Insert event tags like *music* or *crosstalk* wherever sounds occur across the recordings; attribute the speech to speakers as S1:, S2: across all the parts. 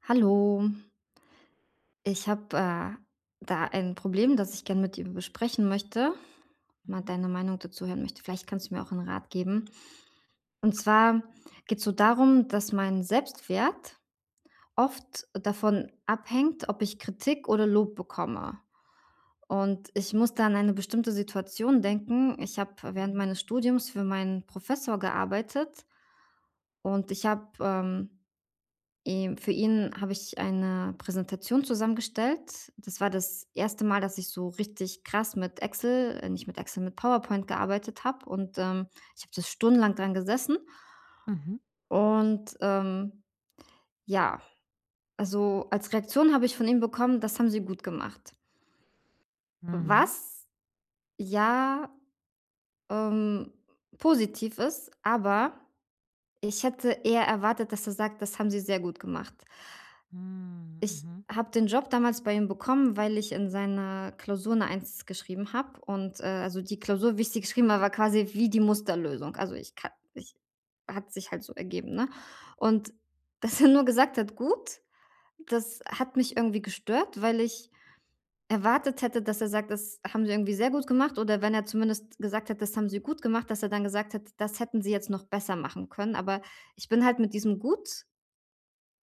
S1: Hallo, ich habe da ein Problem, das ich gerne mit dir besprechen möchte, mal
S2: Mhm,
S1: deine Meinung dazu hören möchte. Vielleicht kannst du mir auch einen Rat geben. Und zwar geht es so darum, dass mein Selbstwert oft davon abhängt, ob ich Kritik oder Lob bekomme. Und ich muss da an eine bestimmte Situation denken. Ich habe während
S2: mhm,
S1: meines Studiums für meinen Professor gearbeitet und ich habe für ihn habe ich eine Präsentation zusammengestellt. Das war das erste Mal, dass ich so richtig krass mit Excel nicht mit Excel, mit PowerPoint gearbeitet habe, und ich habe das stundenlang dran gesessen,
S2: mhm,
S1: und ja, also, als Reaktion habe ich von ihm bekommen: „Das haben Sie gut gemacht.“
S2: mhm,
S1: Was ja, ähm, positiv ist, aber ich hätte eher erwartet, dass er sagt: „Das haben Sie sehr gut gemacht.“
S2: mhm,
S1: Ich
S2: mhm,
S1: habe den Job damals bei ihm bekommen, weil ich in seiner Klausur 'ne Eins geschrieben habe, und also, die Klausur, wie ich sie geschrieben habe, war quasi wie die Musterlösung. Also, ich kann ich hat sich halt so ergeben, ne? Und *laughs* dass er nur gesagt hat: „Gut“, das hat mich irgendwie gestört, weil ich erwartet hätte, dass er sagt: „Das haben Sie irgendwie sehr gut gemacht.“ Oder wenn er zumindest gesagt hat: „Das haben Sie gut gemacht“, dass er dann gesagt hat: „Das hätten Sie jetzt noch besser machen können.“ Aber ich bin halt mit diesem „Gut“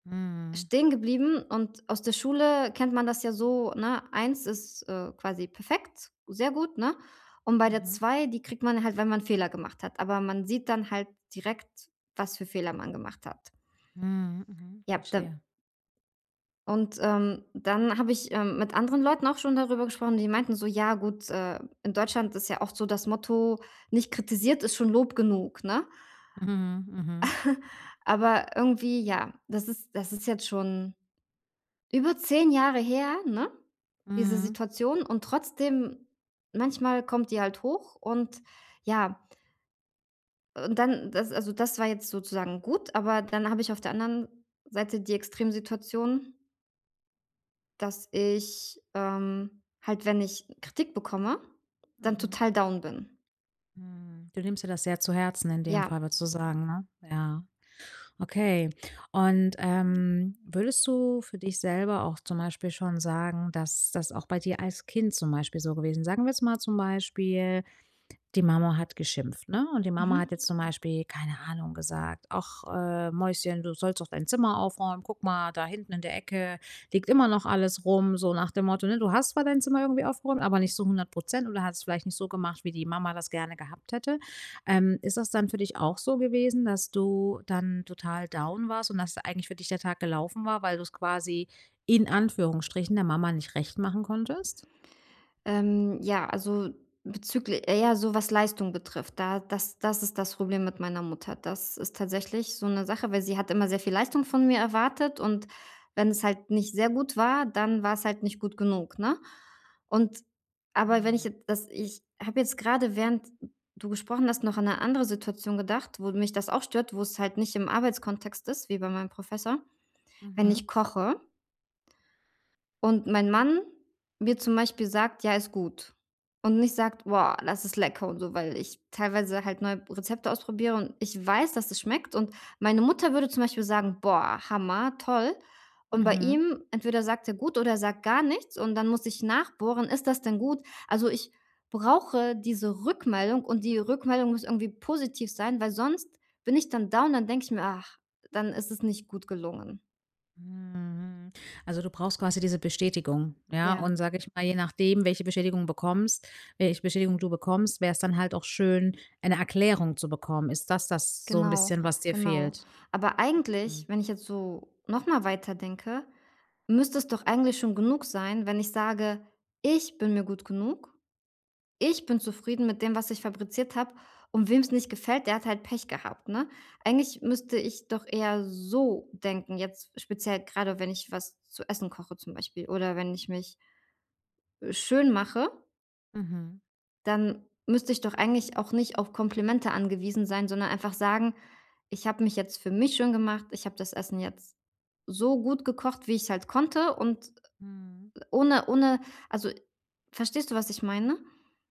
S2: mhm,
S1: stehen geblieben, und aus der Schule kennt man das ja so, ne, eins ist quasi perfekt, sehr gut, ne? Und bei der
S2: mhm,
S1: zwei, die kriegt man halt, wenn man Fehler gemacht hat, aber man sieht dann halt direkt, was für Fehler man gemacht hat.
S2: mhm, mhm,
S1: Ja, da
S2: verstehe.
S1: und dann habe ich mit anderen Leuten auch schon darüber gesprochen, die meinten so: „Ja gut, in Deutschland ist ja oft so das Motto: ‚Nicht kritisiert ist schon Lob genug‘, ne?“
S2: Mhm, mhm,
S1: Aber irgendwie, ja, das ist jetzt schon über 10 Jahre her, ne? Diese
S2: mhm,
S1: Situation, und trotzdem manchmal kommt die halt hoch, und ja, und dann das, also, das war jetzt sozusagen gut, aber dann habe ich auf der anderen Seite die Extremsituation, dass ich, halt, wenn ich Kritik bekomme, dann
S2: mhm,
S1: total down bin.
S2: mhm. Du nimmst dir das sehr zu Herzen in dem
S1: Ja.
S2: Fall, würdest du sagen, ne? Ja. Okay. Und, würdest du für dich selber auch zum Beispiel schon sagen, dass das auch bei dir als Kind zum Beispiel so gewesen sagen wir jetzt mal zum Beispiel. Die Mama hat geschimpft, ne? Und die Mama hat
S1: Mhm.
S2: jetzt zum Beispiel, keine Ahnung, gesagt: „Ach, Mäuschen, du sollst doch dein Zimmer aufräumen. Guck mal, da hinten in der Ecke liegt immer noch alles rum.“ So nach dem Motto, ne? Du hast zwar dein Zimmer irgendwie aufgeräumt, aber nicht so 100% oder hast es vielleicht nicht so gemacht, wie die Mama das gerne gehabt hätte. Ist das dann für dich auch so gewesen, dass du dann total down warst und dass eigentlich für dich der Tag gelaufen war, weil du es quasi in Anführungsstrichen der Mama nicht recht machen konntest?
S1: Ja, also bezüglich ja, so was Leistung betrifft, da das das ist das Problem mit meiner Mutter. Das ist tatsächlich so eine Sache, weil sie hat immer sehr viel Leistung von mir erwartet, und wenn es halt nicht sehr gut war, dann war es halt nicht gut genug, ne? Und aber wenn ich
S2: Mhm.
S1: jetzt das ich habe jetzt gerade, während du gesprochen hast, noch an eine andere Situation gedacht, wo mich das auch stört, wo es halt nicht im Arbeitskontext ist, wie bei meinem Professor, wenn
S2: Mhm.
S1: ich koche und mein Mann mir zum Beispiel sagt: „Ja, ist gut.“ Und nicht sagt: „Boah, das ist lecker“ und so, weil ich teilweise halt neue Rezepte ausprobiere und ich weiß, dass es schmeckt. Und meine Mutter würde zum Beispiel sagen: „Boah, Hammer, toll.“ Und bei
S2: Mhm.
S1: ihm entweder sagt er gut oder er sagt gar nichts, und dann muss ich nachbohren: „Ist das denn gut?“ Also, ich brauche diese Rückmeldung, und die Rückmeldung muss irgendwie positiv sein, weil sonst bin ich dann down, dann denke ich mir: „Ach, dann ist es nicht gut gelungen.“
S2: Mhm. Also, du brauchst quasi diese Bestätigung, ja?
S1: Ja.
S2: Und sage ich mal, je nachdem, welche Bestätigung du bekommst, wäre es dann halt auch schön, eine Erklärung zu bekommen. Ist das das so ein
S1: Genau,
S2: bisschen, was dir
S1: genau.
S2: fehlt?
S1: Aber eigentlich,
S2: Mhm.
S1: wenn ich jetzt so noch mal weiterdenke, müsste es doch eigentlich schon genug sein, wenn ich sage: „Ich bin mir gut genug. Ich bin zufrieden mit dem, was ich fabriziert habe, und wem es nicht gefällt, der hat halt Pech gehabt“, ne? Eigentlich müsste ich doch eher so denken, jetzt speziell gerade, wenn ich was zu essen koche zum Beispiel oder wenn ich mich schön mache.
S2: Mhm.
S1: Dann müsste ich doch eigentlich auch nicht auf Komplimente angewiesen sein, sondern einfach sagen: „Ich habe mich jetzt für mich schön gemacht. Ich habe das Essen jetzt so gut gekocht, wie ich's halt konnte und
S2: Mhm.
S1: ohne“ also, verstehst du, was ich meine?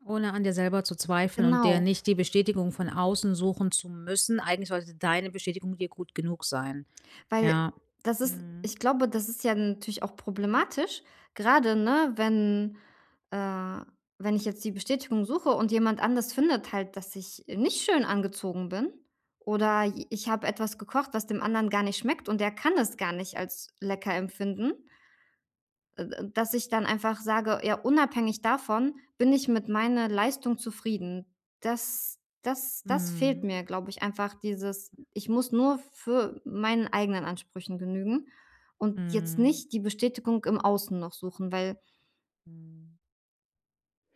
S2: Ohne an dir selber zu zweifeln und dir
S1: Genau.
S2: nicht die Bestätigung von außen suchen zu müssen. Eigentlich sollte deine Bestätigung dir gut genug sein.
S1: Weil
S2: Ja.
S1: das ist,
S2: Mhm.
S1: ich glaube, das ist ja natürlich auch problematisch, gerade ne, wenn äh, wenn ich jetzt die Bestätigung suche und jemand anders findet halt, dass ich nicht schön angezogen bin oder i ich habe etwas gekocht, was dem anderen gar nicht schmeckt und der kann es gar nicht als lecker empfinden. Äh, dass ich dann einfach sage: „Ja, unabhängig davon bin ich mit meiner Leistung zufrieden.“ Das fehlt
S2: Mhm.
S1: mir, glaube ich, einfach, dieses ich muss nur für meinen eigenen Ansprüchen genügen und jetzt
S2: Mhm.
S1: nicht die Bestätigung im Außen noch suchen, weil
S2: Mhm.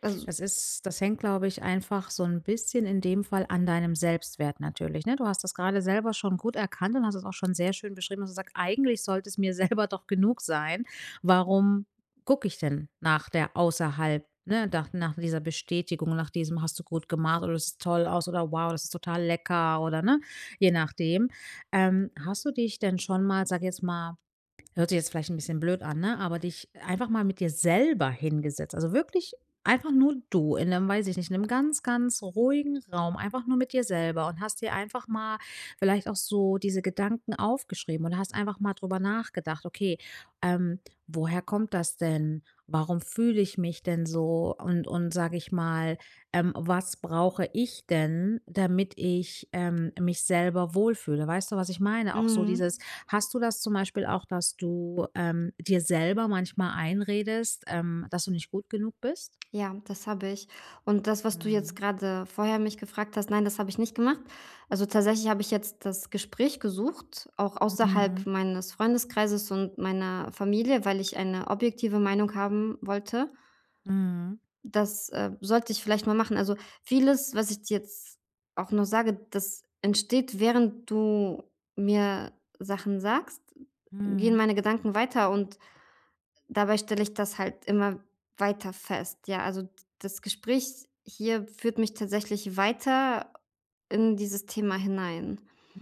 S1: also.
S2: Das ist das hängt, glaube ich, einfach so ein bisschen in dem Fall an deinem Selbstwert natürlich, ne? Du hast das gerade selber schon gut erkannt und hast es auch schon sehr schön beschrieben, dass du sagst: „Eigentlich sollte es mir *laughs* selber doch genug sein. Warum gucke ich denn nach der außerhalb ne, nach dieser Bestätigung, nach diesem „hast du gut gemacht“ oder „das sieht toll aus“ oder „wow, das ist total lecker“ oder ne, je nachdem. Hast du dich denn schon mal, sag jetzt mal. Hört sich jetzt vielleicht ein bisschen blöd an, ne, aber dich einfach mal mit dir selber hingesetzt. Also, wirklich einfach nur du in einem, weiß ich nicht, in 'nem ganz, ganz ruhigen Raum, einfach nur mit dir selber und hast dir einfach mal vielleicht auch so diese Gedanken aufgeschrieben und hast einfach mal drüber nachgedacht: „Okay, ähm, woher kommt das denn? Warum fühle ich mich denn so? Und sage ich mal, was brauche ich denn, damit ich, mich selber wohlfühle?“ Weißt du, was ich meine? Auch so
S1: Mhm.
S2: dieses. Hast du das zum Beispiel auch, dass du, dir selber manchmal einredest, dass du nicht gut genug bist?
S1: Ja, das habe ich. Und das, was du jetzt
S2: Mhm.
S1: gerade vorher mich gefragt hast, nein, das habe ich nicht gemacht. Also, tatsächlich habe ich jetzt das Gespräch gesucht, auch außerhalb
S2: Mhm.
S1: meines Freundeskreises und meiner Familie, weil ich eine objektive Meinung haben wollte.
S2: Mhm.
S1: Das sollte ich vielleicht mal machen. Also, vieles, was ich dir jetzt auch noch sage, das entsteht, während du mir Sachen sagst, gehen
S2: Mhm.
S1: meine Gedanken weiter, und dabei stelle ich das halt immer weiter fest. Ja, also d das Gespräch hier führt mich tatsächlich weiter in dieses Thema hinein.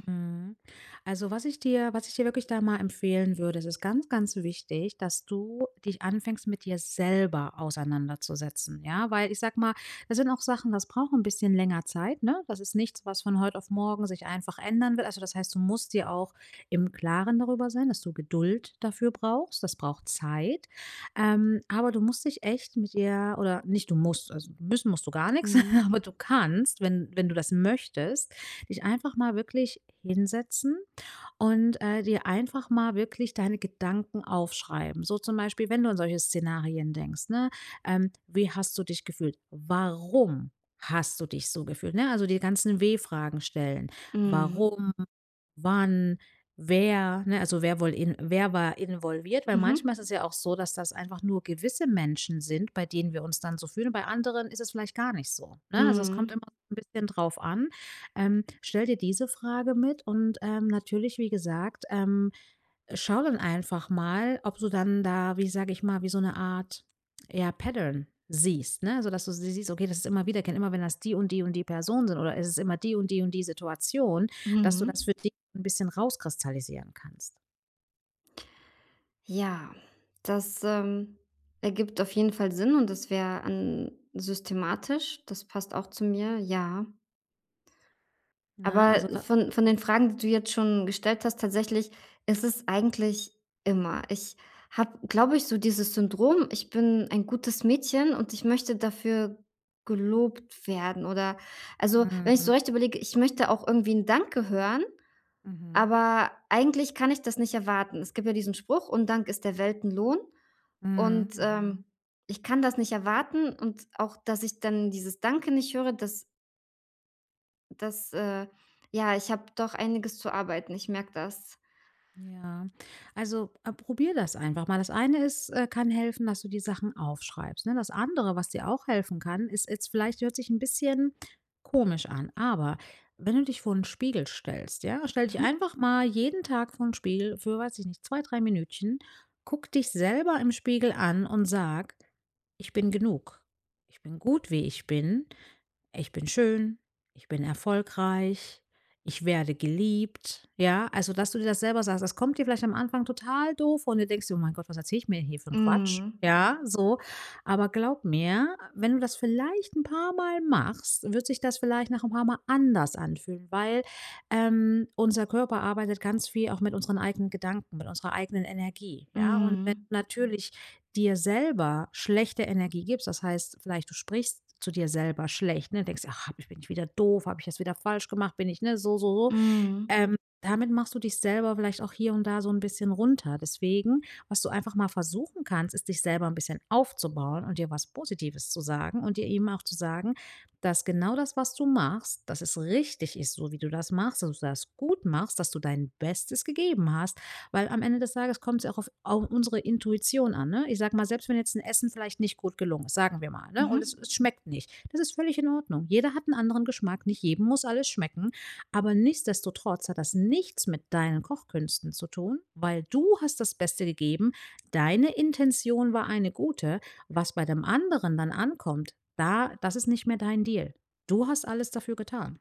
S2: Mhm. Also, was ich dir wirklich da mal empfehlen würde, es ist ganz, ganz wichtig, dass du dich anfängst, mit dir selber auseinanderzusetzen, ja? Weil ich sag mal, das sind auch Sachen, das braucht ein bisschen länger Zeit, ne? Das ist nichts, was von heute auf morgen sich einfach ändern wird. Also, das heißt, du musst dir auch im Klaren darüber sein, dass du Geduld dafür brauchst. Das braucht Zeit. Aber du musst dich echt mit dir oder nicht du musst, also müssen musst du gar nichts,
S1: Mhm.
S2: *laughs* aber du kannst, wenn du das möchtest, dich einfach mal wirklich hinsetzen und, dir einfach mal wirklich deine Gedanken aufschreiben. So zum Beispiel, wenn du an solche Szenarien denkst, ne? Wie hast du dich gefühlt? Warum hast du dich so gefühlt, ne? Also, die ganzen W-Fragen stellen.
S1: Mhm.
S2: Warum, wann, wer, ne? Also, wer wohl in wer war involviert? Weil
S1: Mhm.
S2: manchmal ist es ja auch so, dass das einfach nur gewisse Menschen sind, bei denen wir uns dann so fühlen. Bei anderen ist es vielleicht gar nicht so, ne? Also, es
S1: Mhm.
S2: kommt immer so ein bisschen drauf an. Stell dir diese Frage mit und, natürlich, wie gesagt, schau dann einfach mal, ob du dann da, wie sage ich mal, wie so eine Art, ja, Pattern siehst, ne? Sodass du sie siehst, okay, das ist immer wiederkehrend, immer wenn das die und die und die Personen sind oder es ist immer die und die und die Situation, dass du das
S1: Mhm.
S2: für dich ein bisschen rauskristallisieren kannst,
S1: Ja, das ergibt auf jeden Fall Sinn, und das wäre an systematisch. Das passt auch zu mir, ja.
S2: ne?
S1: Aber
S2: Also da
S1: von den Fragen, die du jetzt schon gestellt hast, tatsächlich ist es eigentlich immer. Ich habe, glaube ich, so dieses Syndrom, ich bin ein gutes Mädchen und ich möchte dafür gelobt werden, oder also, wenn ich so
S2: mhm,
S1: recht überlege, ich möchte auch irgendwie ein Danke hören,
S2: mhm,
S1: aber eigentlich kann ich das nicht erwarten. Es gibt ja diesen Spruch: „Undank ist der Weltenlohn“,
S2: mhm,
S1: und
S2: mhm.
S1: ich kann das nicht erwarten, und auch, dass ich dann dieses Danke nicht höre, das, das ja, ich habe doch einiges zu arbeiten, ich merke das.
S2: Ja, also, probier das einfach mal. Das eine ist kann helfen, dass du die Sachen aufschreibst, ne? Das andere, was dir auch helfen kann, ist jetzt vielleicht hört sich ein bisschen komisch an, aber wenn du dich vor einen Spiegel stellst, ja? Stell dich
S1: Mhm.
S2: einfach mal jeden Tag vor einen Spiegel für, weiß ich nicht, 2 3 Minütchen, guck dich selber im Spiegel an und sag: „Ich bin genug. Ich bin gut, wie ich bin. Ich bin schön, ich bin erfolgreich, ich werde geliebt, ja? Also, dass du dir das selber sagst, das kommt dir vielleicht am Anfang total doof und du denkst dir: „Oh mein Gott, was erzähle ich mir hier für 'n Quatsch?“
S1: Mhm.
S2: Ja, so. Aber glaub mir, wenn du das vielleicht ein paar Mal machst, wird sich das vielleicht nach ein paar Mal anders anfühlen, weil, unser Körper arbeitet ganz viel auch mit unseren eigenen Gedanken, mit unserer eigenen Energie, ja? Und wenn
S1: Mhm.
S2: du natürlich dir selber schlechte Energie gibst, das heißt, vielleicht du sprichst zu dir selber schlecht, ne, denkst: „Ach, hab ich bin ich wieder doof, habe ich das wieder falsch gemacht, bin ich, ne, so, so, so.“
S1: Mhm.
S2: ähm, Damit machst du dich selber vielleicht auch hier und da so ein bisschen runter. Deswegen, was du einfach mal versuchen kannst, ist, dich selber ein bisschen aufzubauen und dir was Positives zu sagen und dir eben auch zu sagen, dass genau das, was du machst, dass es richtig ist, so wie du das machst, dass du das gut machst, dass du dein Bestes gegeben hast, weil am Ende des Tages kommt's ja auch auf unsere Intuition an, ne? Ich sage mal, selbst wenn jetzt ein Essen vielleicht nicht gut gelungen ist, sagen wir mal, ne,
S1: Mhm.
S2: und es schmeckt nicht. Das ist völlig in Ordnung. Jeder hat einen anderen Geschmack, nicht jedem muss alles schmecken. Aber nichtsdestotrotz hat das nichts mit deinen Kochkünsten zu tun, weil du hast das Beste gegeben, deine Intention war eine gute, was bei dem anderen dann ankommt, da das ist nicht mehr dein Deal. Du hast alles dafür getan.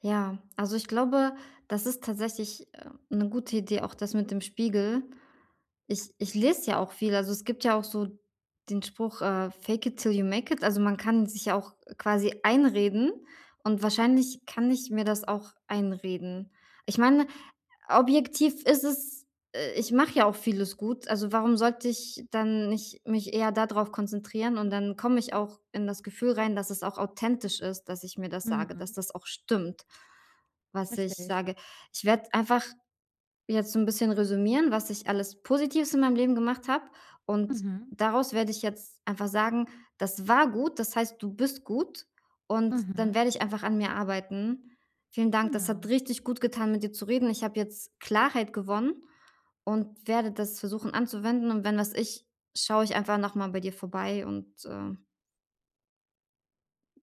S1: Ja, also ich glaube, das ist tatsächlich eine gute Idee, auch das mit dem Spiegel. Ich lese ja auch viel, also es gibt ja auch so den Spruch „Fake it till you make it“, also man kann sich ja auch quasi einreden, und wahrscheinlich kann ich mir das auch einreden. Ich meine, objektiv ist es ich mache ja auch vieles gut, also warum sollte ich dann nicht mich eher da drauf konzentrieren, und dann komme ich auch in das Gefühl rein, dass es auch authentisch ist, dass ich mir das sage, dass
S2: Mhm,
S1: das auch stimmt, was ich
S2: richtig.
S1: sage. Ich werde einfach jetzt so 'n bisschen resümieren, was ich alles Positives in meinem Leben gemacht habe, und
S2: Mhm,
S1: daraus werde ich jetzt einfach sagen: „Das war gut, das heißt, du bist gut“, und dann
S2: mhm,
S1: werde ich einfach an mir arbeiten. Vielen Dank, das hat
S2: genau.
S1: richtig gut getan, mit dir zu reden. Ich habe jetzt Klarheit gewonnen und werde das versuchen anzuwenden, und wenn was ist, schaue ich einfach noch mal bei dir vorbei und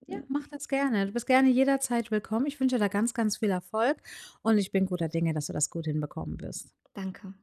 S2: Ja, mach das gerne. Du bist gerne jederzeit willkommen. Ich wünsche dir da ganz, ganz viel Erfolg und ich bin guter Dinge, dass du das gut hinbekommen wirst.
S1: danke.